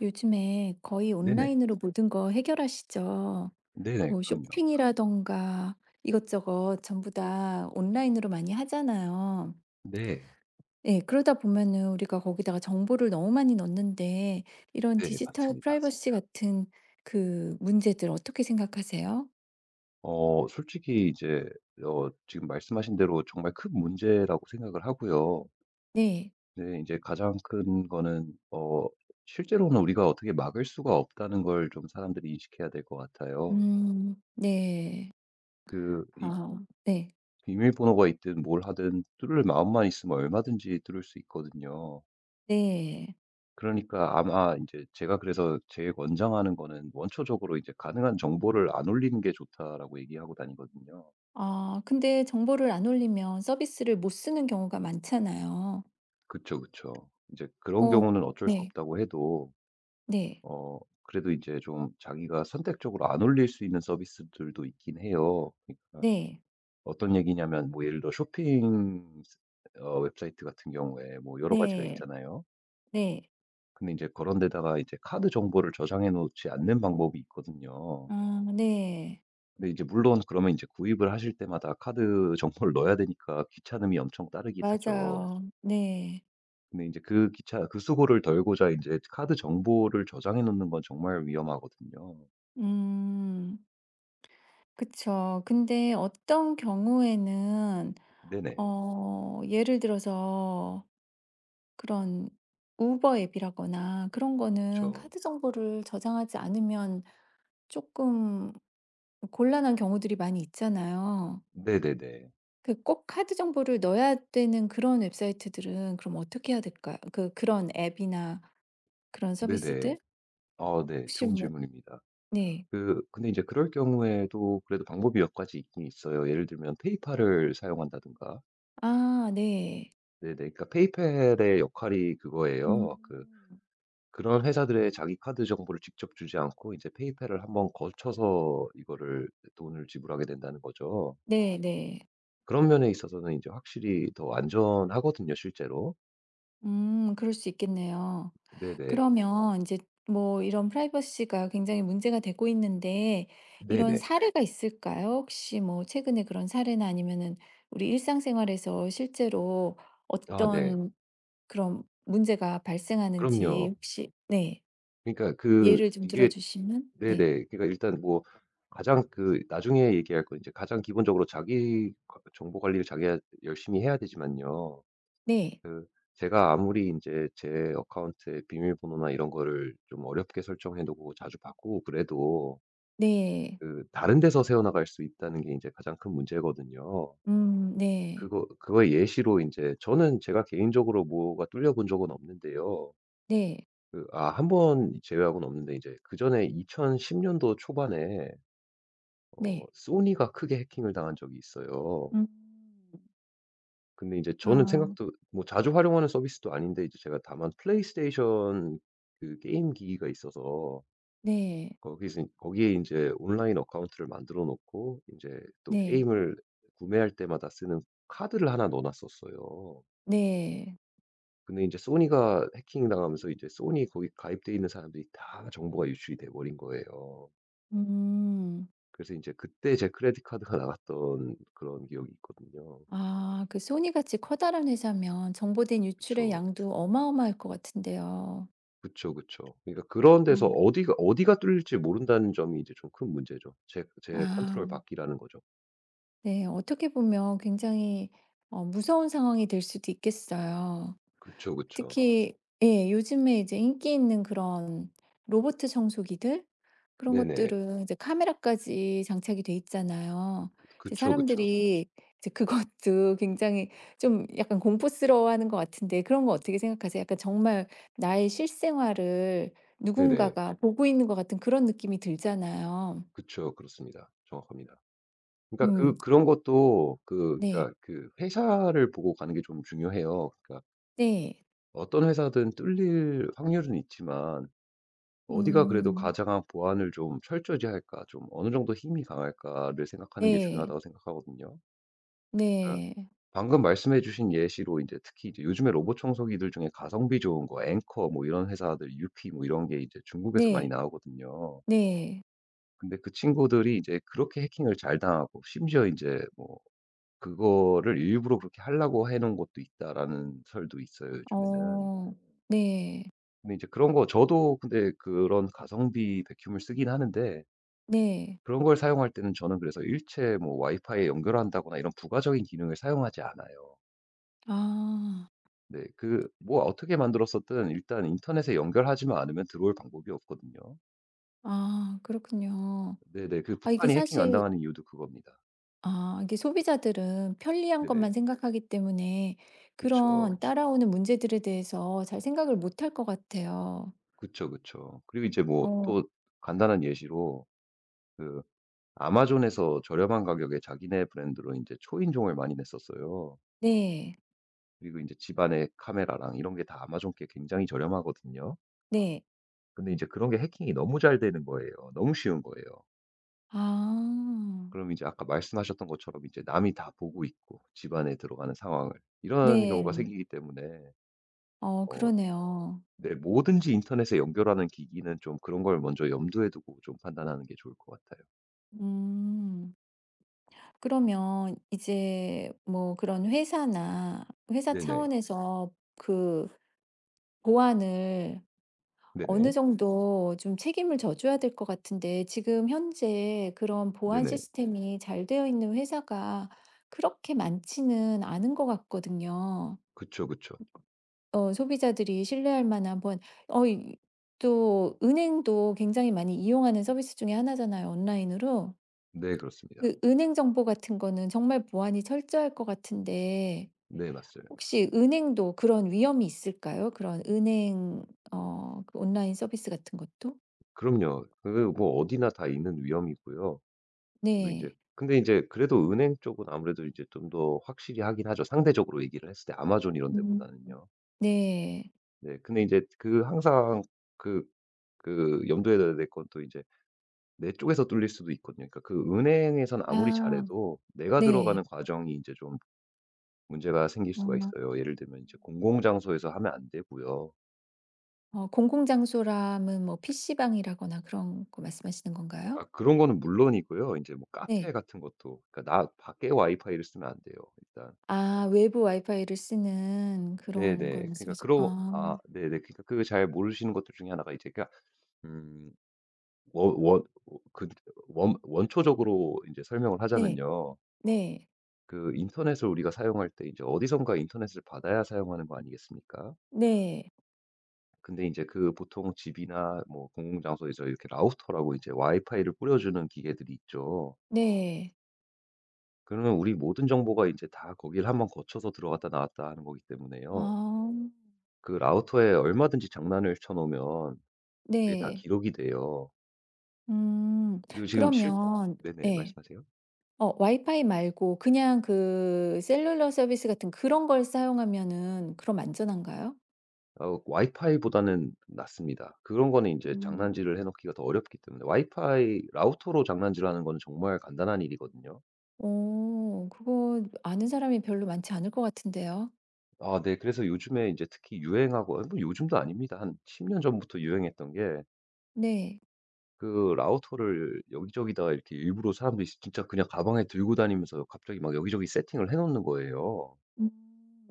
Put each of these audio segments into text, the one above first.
요즘에 거의 네네. 온라인으로 모든 거 해결하시죠. 네네. 뭐 그럼요. 쇼핑이라던가 이것저것 전부 다 온라인으로 많이 하잖아요. 네. 예, 그러다 보면은 우리가 거기다가 정보를 너무 많이 넣는데 이런 네. 디지털 맞습니다. 프라이버시 같은 그 문제들 어떻게 생각하세요? 솔직히 이제 지금 말씀하신 대로 정말 큰 문제라고 생각을 하고요. 네. 네 인제 가장 큰 거는 실제로는 우리가 어떻게 막을 수가 없다는 걸 좀 사람들이 인식해야 될 것 같아요. 음. 네. 그 이 아. 네. 비밀번호가 있든 뭘 하든 뚫을 마음만 있으면 얼마든지 뚫을 수 있거든요. 네. 그러니까 아마 인제 제가 그래서 제일 권장하는 거는 원초적으로 이제 "가능한 정보를 안 올리는 게 좋다."라고 얘기하고 다니거든요. 아, 근데 정보를 안 올리면 서비스를 못 쓰는 경우가 많잖아요. 그쵸, 그쵸. 이제 그런 어. 경우는 어쩔 수 네. 없다고 해도 네. 어 그래도 이제 좀 자기가 선택적으로 안 올릴 수 있는 서비스들도 있긴 해요. 그러니까 네. 어떤 얘기냐면 뭐 예를 들어 쇼핑 어 웹사이트 같은 경우에 뭐 여러 가지가 네. 있잖아요. 네. 근데 이제 그런 데다가 이제 카드 정보를 저장해 놓지 않는 방법이 있거든요. 아 네. 근데 이제 물론 그러면 이제 구입을 하실 때마다 카드 정보를 넣어야 되니까 귀찮음이 엄청 따르긴 하죠. 맞아요. 네. 근데 이제 그 기차 그 수고를 덜고자 이제 카드 정보를 저장해 놓는 건 정말 위험하거든요. 음. 그쵸. 근데 어떤 경우에는 네네. 어. 어 예를 들어서 그런 우버 앱이라거나 그런 거는 그쵸. 카드 정보를 저장하지 않으면 쪼끔 곤란한 경우들이 많이 있잖아요. 네네네. 그 꼭 카드 정보를 넣어야 되는 그런 웹사이트들은 그럼 어떻게 해야 될까요? 그 그런 앱이나 그런 네네. 서비스들? 아 네. 혹시 좋은 뭐 질문입니다. 네. 그 근데 이제 그럴 경우에도 그래도 방법이 몇 가지 있긴 있어요. 예를 들면 페이팔을 사용한다든가. 아 네. 네네. 그러니까 페이팔의 역할이 음. 그거예요. 그런 회사들의 자기 카드 정보를 직접 주지 않고 이제 페이팔을 한번 거쳐서 이거를 돈을 지불하게 된다는 거죠. 네 네. 그런 면에 있어서는 이제 확실히 더 안전하거든요 실제로. 그럴 수 있겠네요. 네네. 그러면 이제 뭐 이런 프라이버시가 굉장히 문제가 되고 있는데 이런 네네. 사례가 있을까요? 혹시 뭐 최근에 그런 사례나 아니면은 우리 일상생활에서 실제로 아 네. 어떤 그런 문제가 발생하는지 그럼요. 혹시 네. 그러니까 그 예를 좀 들어 이게 주시면 네. 네네. 그러니까 일단 뭐 가장 그 나중에 얘기할 건 이제 가장 기본적으로 자기 과 정보 관리를 자기가 열심히 해야 되지만요. 네. 그 제가 아무리 이제 제 어카운트에 비밀번호나 이런 거를 좀 어렵게 설정해 놓고 자주 바꾸고 그래도 네. 그 다른 데서 새어나갈 수 있다는 게 이제 가장 큰 문제거든요. 네. 그거의 예시로 이제 저는 제가 개인적으로 뭐가 뚫려 본 적은 없는데요. 네. 그 아 한번 제외하고는 없는데 이제 그전에 2010 년도 초반에 네. 소니가 크게 해킹을 당한 적이 있어요. 음. 근데 이제 저는 아. 생각도 뭐 자주 활용하는 서비스도 아닌데 이제 제가 다만 플레이스테이션 그 게임 기기가 있어서 네. 거기서 거기에 이제 온라인 어카운트를 만들어 놓고 이제 또 네. 게임을 구매할 때마다 쓰는 카드를 하나 넣어 놨었어요. 네. 근데 이제 소니가 해킹당하면서 이제 소니 거기 가입돼 있는 사람들이 다 정보가 유출이 돼 버린 거예요. 음. 그래서 이제 그때 제 크레딧 카드가 나갔던 그런 기억이 있거든요. 아 그 소니같이 커다란 회사면 정보된 유출의 그쵸. 양도 어마어마할 것 같은데요. 그쵸, 그쵸. 그러니까 그런 데서 음. 어디가 뚫릴지 모른다는 점이 이제 좀 큰 문제죠. 제 아 컨트롤 밖이라는 거죠. 네. 어떻게 보면 굉장히 어 무서운 상황이 될 수도 있겠어요. 그쵸, 그쵸. 특히 예 요즘에 이제 인기 있는 그런 로봇 청소기들 그런 네네. 것들은 이제 카메라까지 장착이 돼 있잖아요. 이제 그쵸, 그쵸. 사람들이 이제 그것도 굉장히 좀 약간 공포스러워하는 것 같은데 그런 거 어떻게 생각하세요? 약간 정말 나의 실생활을 네네. 누군가가 보고 있는 것 같은 그런 느낌이 들잖아요. 그쵸. 그렇습니다. 정확합니다. 그러니까 그 음. 그런 것도 그 네. 그러니까 그 회사를 보고 가는 게 좀 중요해요. 그러니까 네. 어떤 회사든 뚫릴 확률은 있지만 '어디가 그래도 음. 가장 보안을 좀 철저히 할까? 좀 어느 정도 힘이 강할까?'를 생각하는 게 네. 중요하다고 생각하거든요. 그러니까 네. 방금 말씀해 주신 예시로 이제 특히 이제 요즘에 로봇 청소기들 중에 가성비 좋은 거 앵커 뭐 이런 회사들 유키 뭐 이런 게 이제 중국에서 많이 네. 나오거든요. 네. 근데 그 친구들이 이제 그렇게 해킹을 잘 당하고 심지어 이제 뭐 '그거를 일부러 그렇게 하려고 해 놓은 것도 있다.'라는 설도 있어요 요즘에는. 어. 네. 근데 이제 그런 거 저도 근데 그런 가성비 백큐 c 을 쓰긴 하는데 네. 그런 걸 사용할 때는 저는 그래서 일체 뭐 와이파이에 연결한다거나 이런 부가적인 기능을 사용하지 않아요. 아. 네. 그 뭐 어떻게 만들었었든 일단 인터넷에 연결하지만 않으면 들어올 방법이 없거든요. 아 그렇군요. 네네. 그 아 이게 북한이 해킹 안 사실 당하는 이유도 그겁니다. 아 이게 소비자들은 편리한 네네. 것만 생각하기 때문에 그런 그쵸. 따라오는 문제들에 대해서 잘 생각을 못할 것 같아요. 그쵸, 그쵸. 그리고 이제 뭐 어 또 간단한 예시로 그 아마존에서 저렴한 가격에 자기네 브랜드로 이제 초인종을 많이 냈었어요. 네. 그리고 이제 집안의 카메라랑 이런 게 다 아마존 게 굉장히 저렴하거든요. 네. 근데 이제 그런 게 해킹이 너무 잘 되는 거예요. 너무 쉬운 거예요. 아. 그럼 이제 아까 말씀하셨던 것처럼 이제 남이 다 보고 있고 집안에 들어가는 상황을. 이런 경우가 네. 생기기 때문에 어 어 그러네요. 네 뭐든지 인터넷에 연결하는 기기는 좀 그런 걸 먼저 염두에 두고 좀 판단하는 게 좋을 것 같아요. 음. 그러면 이제 뭐 그런 회사나 회사 네네. 차원에서 그 보안을 네네. 어느 정도 좀 책임을 져줘야 될 것 같은데 지금 현재 그런 보안 네네. 시스템이 잘 되어 있는 회사가 그렇게 많지는 않은 것 같거든요. 그쵸, 그쵸. 어, 소비자들이 신뢰할 만한 번, 어, 이- 또 은행도 굉장히 많이 이용하는 서비스 중에 하나잖아요, 온라인으로. 네 그렇습니다. 그 은행 정보 같은 거는 정말 보안이 철저할 것 같은데 네 맞아요. 혹시 은행도 그런 위험이 있을까요? 그런 은행, 어, 그 온라인 서비스 같은 것도? 그럼요. 그 뭐 어디나 다 있는 위험이고요. 그리고 제 네. 근데 이제 그래도 은행 쪽은 아무래도 이제 좀 더 확실히 하긴 하죠, 상대적으로 얘기를 했을 때 아마존 이런 데보다는요. 네. 네. 근데 이제 그 항상 그 염두에 둬야 될 건 또 이제 내 쪽에서 뚫릴 수도 있거든요. 그러니까 그 은행에선 아무리 아 잘해도 내가 들어가는 네. 과정이 이제 좀 문제가 생길 수가 어. 있어요. 예를 들면 이제 공공장소에서 하면 안 되고요. 어 공공장소라면 뭐 PC방이라거나 그런 거 말씀하시는 건가요? 아 그런 거는 물론이고요. 이제 뭐 카페 네. 같은 것도 그러니까 나 밖에 와이파이를 쓰면 안 돼요, 일단. 아 외부 와이파이를 쓰는 그런 걸 네네. 그러니까 말씀하시 그러 아 아 네네. 그러니까 그 잘 모르시는 것들 중에 하나가 이제 그러니까 음 원 원 어 그 원 원초적으로 인제 설명을 네. 하자면요. 네. 그 인터넷을 우리가 사용할 때 이제 어디선가 인터넷을 받아야 사용하는 거 아니겠습니까? 네. 근데 인제 그 보통 집이나 뭐 공공장소에서 이렇게 라우터라고 이제 와이파이를 뿌려주는 기계들이 있죠. 네. 그러면 우리 모든 정보가 이제 다 거기를 한번 거쳐서 들어갔다 나왔다 하는 거기 때문에요. 아 그 라우터에 얼마든지 장난을 쳐 놓으면 그게 다 네. 기록이 돼요. 음. 그리고 지금 실 그러면 네네 네 말씀하세요. 어 와이파이 말고 그냥 그 셀룰러 서비스 같은 그런 걸 사용하면은 그럼 안전한가요? 와이파이보다는 낫습니다. 그런 거는 이제 음. 장난질을 해 놓기가 더 어렵기 때문에 와이파이 라우터로 장난질하는 건 정말 간단한 일이거든요. 어 그거 아는 사람이 별로 많지 않을 것 같은데요. 아 네. 그래서 요즘에 이제 특히 유행하고 아니 뭐 요즘도 아닙니다. 한 10년 전부터 유행했던 게 네. 그 라우터를 여기저기다가 이렇게 일부러 사람들이 진짜 그냥 가방에 들고 다니면서 갑자기 막 여기저기 세팅을 해 놓는 거예요.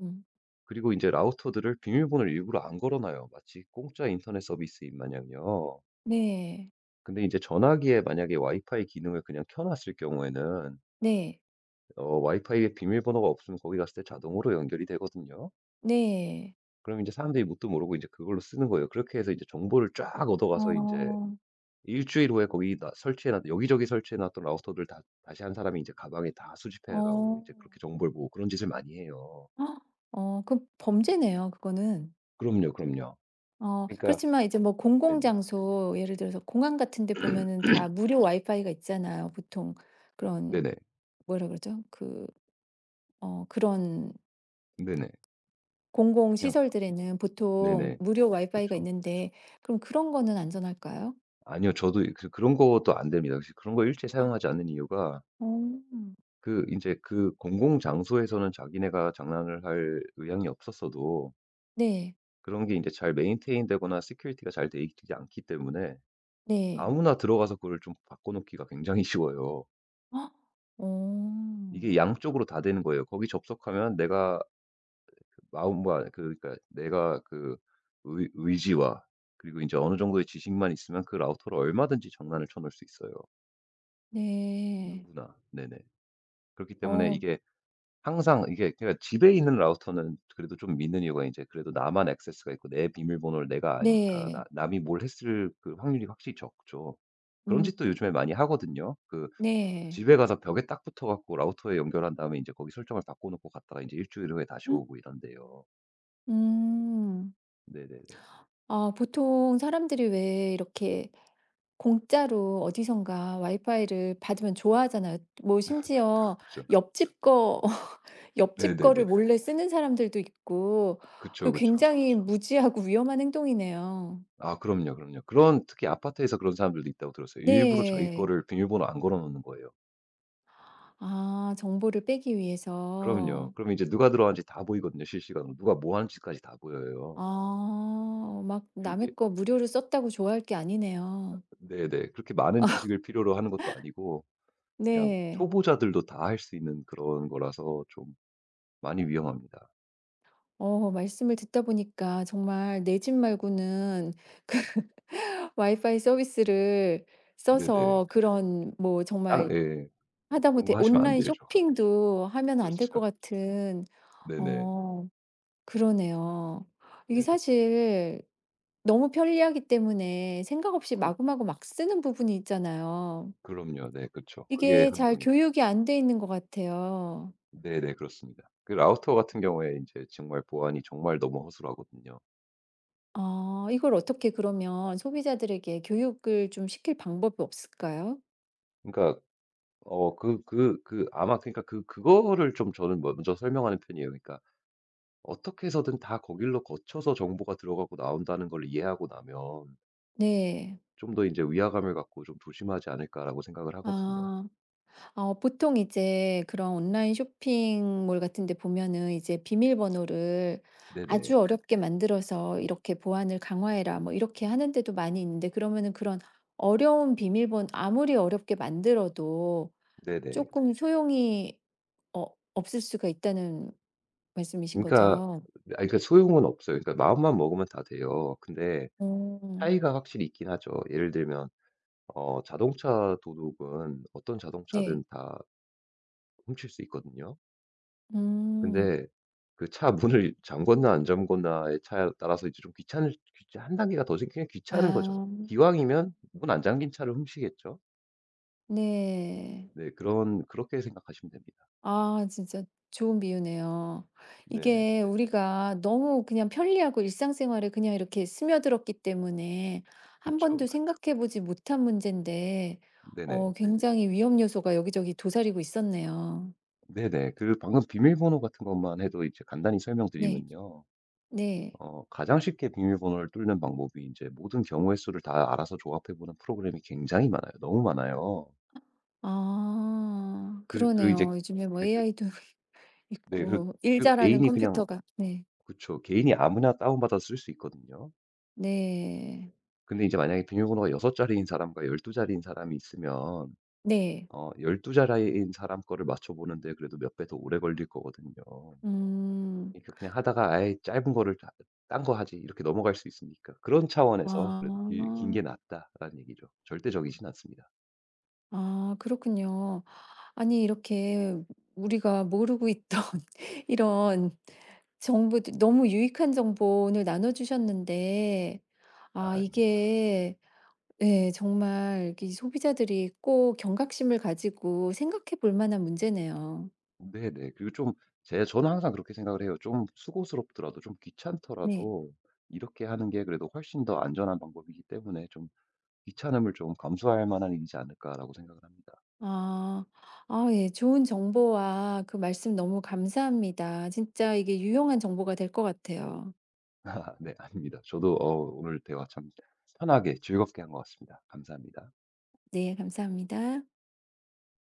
음. 그리고 이제 라우터들을 비밀번호를 일부러 안 걸어 놔요. 마치 공짜 인터넷 서비스인 마냥요. 네. 근데 이제 전화기에 만약에 와이파이 기능을 그냥 켜 놨을 경우에는 네. 와이파이에 비밀번호가 없으면 거기 갔을 때 자동으로 연결이 되거든요. 네. 그럼 이제 사람들이 뭣도 모르고 이제 그걸로 쓰는 거예요. 그렇게 해서 이제 정보를 쫙 얻어 가서 이제 어. 일 주일 후에 거기 설치해 놨 여기저기 설치해 놨던 라우터들 다 다시 한 사람이 이제 가방에 다 수집해 가고 어. 이제 그렇게 정보를 모으고 그런 짓을 많이 해요. 헉, 어 그럼 범죄네요 그거는. 그럼요, 그럼요. 어 그러니까 그렇지만 이제 뭐 공공 네네. 장소 예를 들어서 공항 같은 데 보면은 다 무료 와이파이가 있잖아요. 보통 그런 네네. 뭐라 그러죠? 그 어 그런 네네. 공공 그냥 시설들에는 보통 네네. 무료 와이파이가 그쵸. 있는데 그럼 그런 거는 안전할까요? 아니요. 저도 그 그런 것도 안 됩니다. 그래서 그런 거 일체 사용하지 않는 이유가 어. 그 이제 그 공공 장소에서는 자기네가 장난을 할 의향이 없었어도 네. 그런 게 인제 잘 메인테인 되거나 시큐리티가 잘 돼 있지 않기 때문에 네. 아무나 들어가서 그걸 좀 바꿔놓기가 굉장히 쉬워요. 어. 이게 양쪽으로 다 되는 거예요. 거기 접속하면 내가 마음과 그러니까 내가 그 의 의지와 그리고 인제 어느 정도의 지식만 있으면 그 라우터로 얼마든지 장난을 쳐놓을 수 있어요 네. 누구나. 네네. 그렇기 때문에 어 이게 항상 이게 그러니까 집에 있는 라우터는 그래도 좀 믿는 이유가 이제 그래도 나만 액세스가 있고 내 비밀번호를 내가 아니까 나 네. 남이 뭘 했을 그 확률이 확실히 적죠. 그런 음. 짓도 요즘에 많이 하거든요. 그 네. 집에 가서 벽에 딱 붙어 갖고 라우터에 연결한 다음에 이제 거기 설정을 바꿔 놓고 갔다가 이제 일 주일 후에 다시 오고 이런데요. 음. 네네네. 아 보통 사람들이 왜 이렇게 공짜로 어디선가 와이파이를 받으면 좋아하잖아요. 뭐 그렇 심지어 죠 옆집 거 옆집 네네네. 거를 몰래 쓰는 사람들도 있고 그쵸, 그 그쵸. 굉장히 무지하고 위험한 행동이네요. 아 그럼요, 그럼요. 그런 특히 아파트에서 그런 사람들도 있다고 들었어요. 일부러 자기 네. 거를 비밀번호 안 걸어 놓는 거예요. 아 정보를 빼기 그럼요. 위해서. 그럼 이제 누가 들어왔는지 다 보이거든요, 실시간으로. 누가 뭐 하는지까지 다 보여요. 아. 막 그렇게 남의 거 무료로 썼다고 좋아할 게 아니네요. 네네. 그렇게 많은 지식을 필요로 하는 것도 아니고 그냥 네. 초보자들도 다 할 수 있는 그런 거라서 좀 많이 위험합니다. 어 말씀을 듣다 보니까 정말 내 집 말고는 와이파이 서비스를 네네. 써서 그런 뭐 딱 정말 예. 그런 하다못해 거 하시면 안 온라인 되죠. 쇼핑도 하면 안 될 것 그렇죠. 같은 네네. 어 그러네요. 이게 네네. 사실 너무 편리하기 때문에 생각 없이 그 마구마구 막 쓰는 부분이 있잖아요. 그럼요. 네 그쵸. 그게 이게 잘 함정이죠. 교육이 안 돼 있는 것 같아요. 네네. 그렇습니다. 그 라우터 같은 경우에 인제 정말 보안이 정말 너무 허술하거든요. 아 이걸 어떻게 그러면 소비자들에게 교육을 좀 시킬 방법이 없을까요? 그러니까 아마 그러니까 그 그거를 좀 저는 먼저 설명하는 편이에요. 그러니까 어떻게 해서든 다 거길로 거쳐서 정보가 들어가고 나온다는 걸 이해하고 나면 네. 좀 더 이제 위화감을 갖고 좀 조심하지 않을까라고 생각을 하거든요. 아. 어, 보통 이제 그런 온라인 쇼핑몰 같은 데 보면은 이제 비밀번호를 네네. 아주 어렵게 만들어서 이렇게 "보안을 강화해라." 뭐 이렇게 하는 데도 많이 있는데 그러면은 그런 어려운 비밀번 호 아무리 어렵게 만들어도 네네. 조금 소용이 어 없을 수가 있다는 말씀이신 그러니까 아 거죠? 그러니까 소용은 없어요. 그러니까 마음만 먹으면 다 돼요. 근데 오 차이가 확실히 있긴 하죠. 예를 들면 자동차 도둑은 어떤 네. 자동차든 다 훔칠 수 있거든요. 음. 근데 그 차 문을 잠궜나 안 잠궜나에 차에 따라서 이제 좀 귀찮을 귀찮 한 단계가 더 생기면 아 귀찮은 거죠. 기왕이면 문 안 잠긴 차를 훔치겠죠. 네. 네 그런 그렇게 생각하시면 됩니다. 아 진짜 좋은 비유네요. 네네. 이게 우리가 너무 그냥 편리하고 일상생활에 그냥 이렇게 스며들었기 때문에 한 그쵸. 번도 생각해 보지 못한 문제인데 네네. 어 굉장히 위험 요소가 여기저기 도사리고 있었네요. 네네. 그 방금 비밀번호 같은 것만 해도 이제 간단히 네. 설명드리면요. 네. 가장 쉽게 비밀번호를 뚫는 방법이 인제 모든 경우의 수를 다 알아서 조합해 보는 프로그램이 굉장히 많아요. 너무 많아요. 아 그 그 이제 그러네요. 요즘에 뭐 네 그 AI도 네 그 있고 일 잘하는 개인이 그냥 컴퓨터가 네. 그쵸. 개인이 아무나 다운받아서 쓸 수 있거든요. 네. 근데 이제 만약에 비밀번호가 6 자리인 사람과 12 자리인 사람이 있으면 네. 12 자리인 사람 거를 맞춰보는데 그래도 몇 배 더 오래 걸릴 거거든요. 음. 그러니까 그냥 하다가 아예 짧은 거를 다 딴 거 하지.' 이렇게 넘어갈 수 있으니까. 그런 차원에서 그래도 긴 게 아. 낫다.'라는 얘기죠. 절대적이진 않습니다. 아 그렇군요. 아니 이렇게 우리가 모르고 있던 이런 정보들 너무 유익한 정보 오늘 나눠 주셨는데 아 아 이게 예 정말 이 소비자들이 꼭 경각심을 가지고 생각해 볼 만한 문제네요. 네네. 그리고 좀 제 저는 항상 그렇게 생각을 해요. 좀 수고스럽더라도 좀 네. 귀찮더라도 이렇게 하는 게 그래도 훨씬 더 안전한 방법이기 때문에 좀 귀찮음을 좀 감수할 만한 일이지 않을까라고 생각을 합니다. 아. 아 예. 좋은 정보와 그 말씀 너무 감사합니다. 진짜 이게 유용한 정보가 될 것 같아요. 네, 아닙니다. 저도 어, 오늘 대화 참 편하게 즐겁게 한 것 같습니다. 감사합니다. 네. 감사합니다.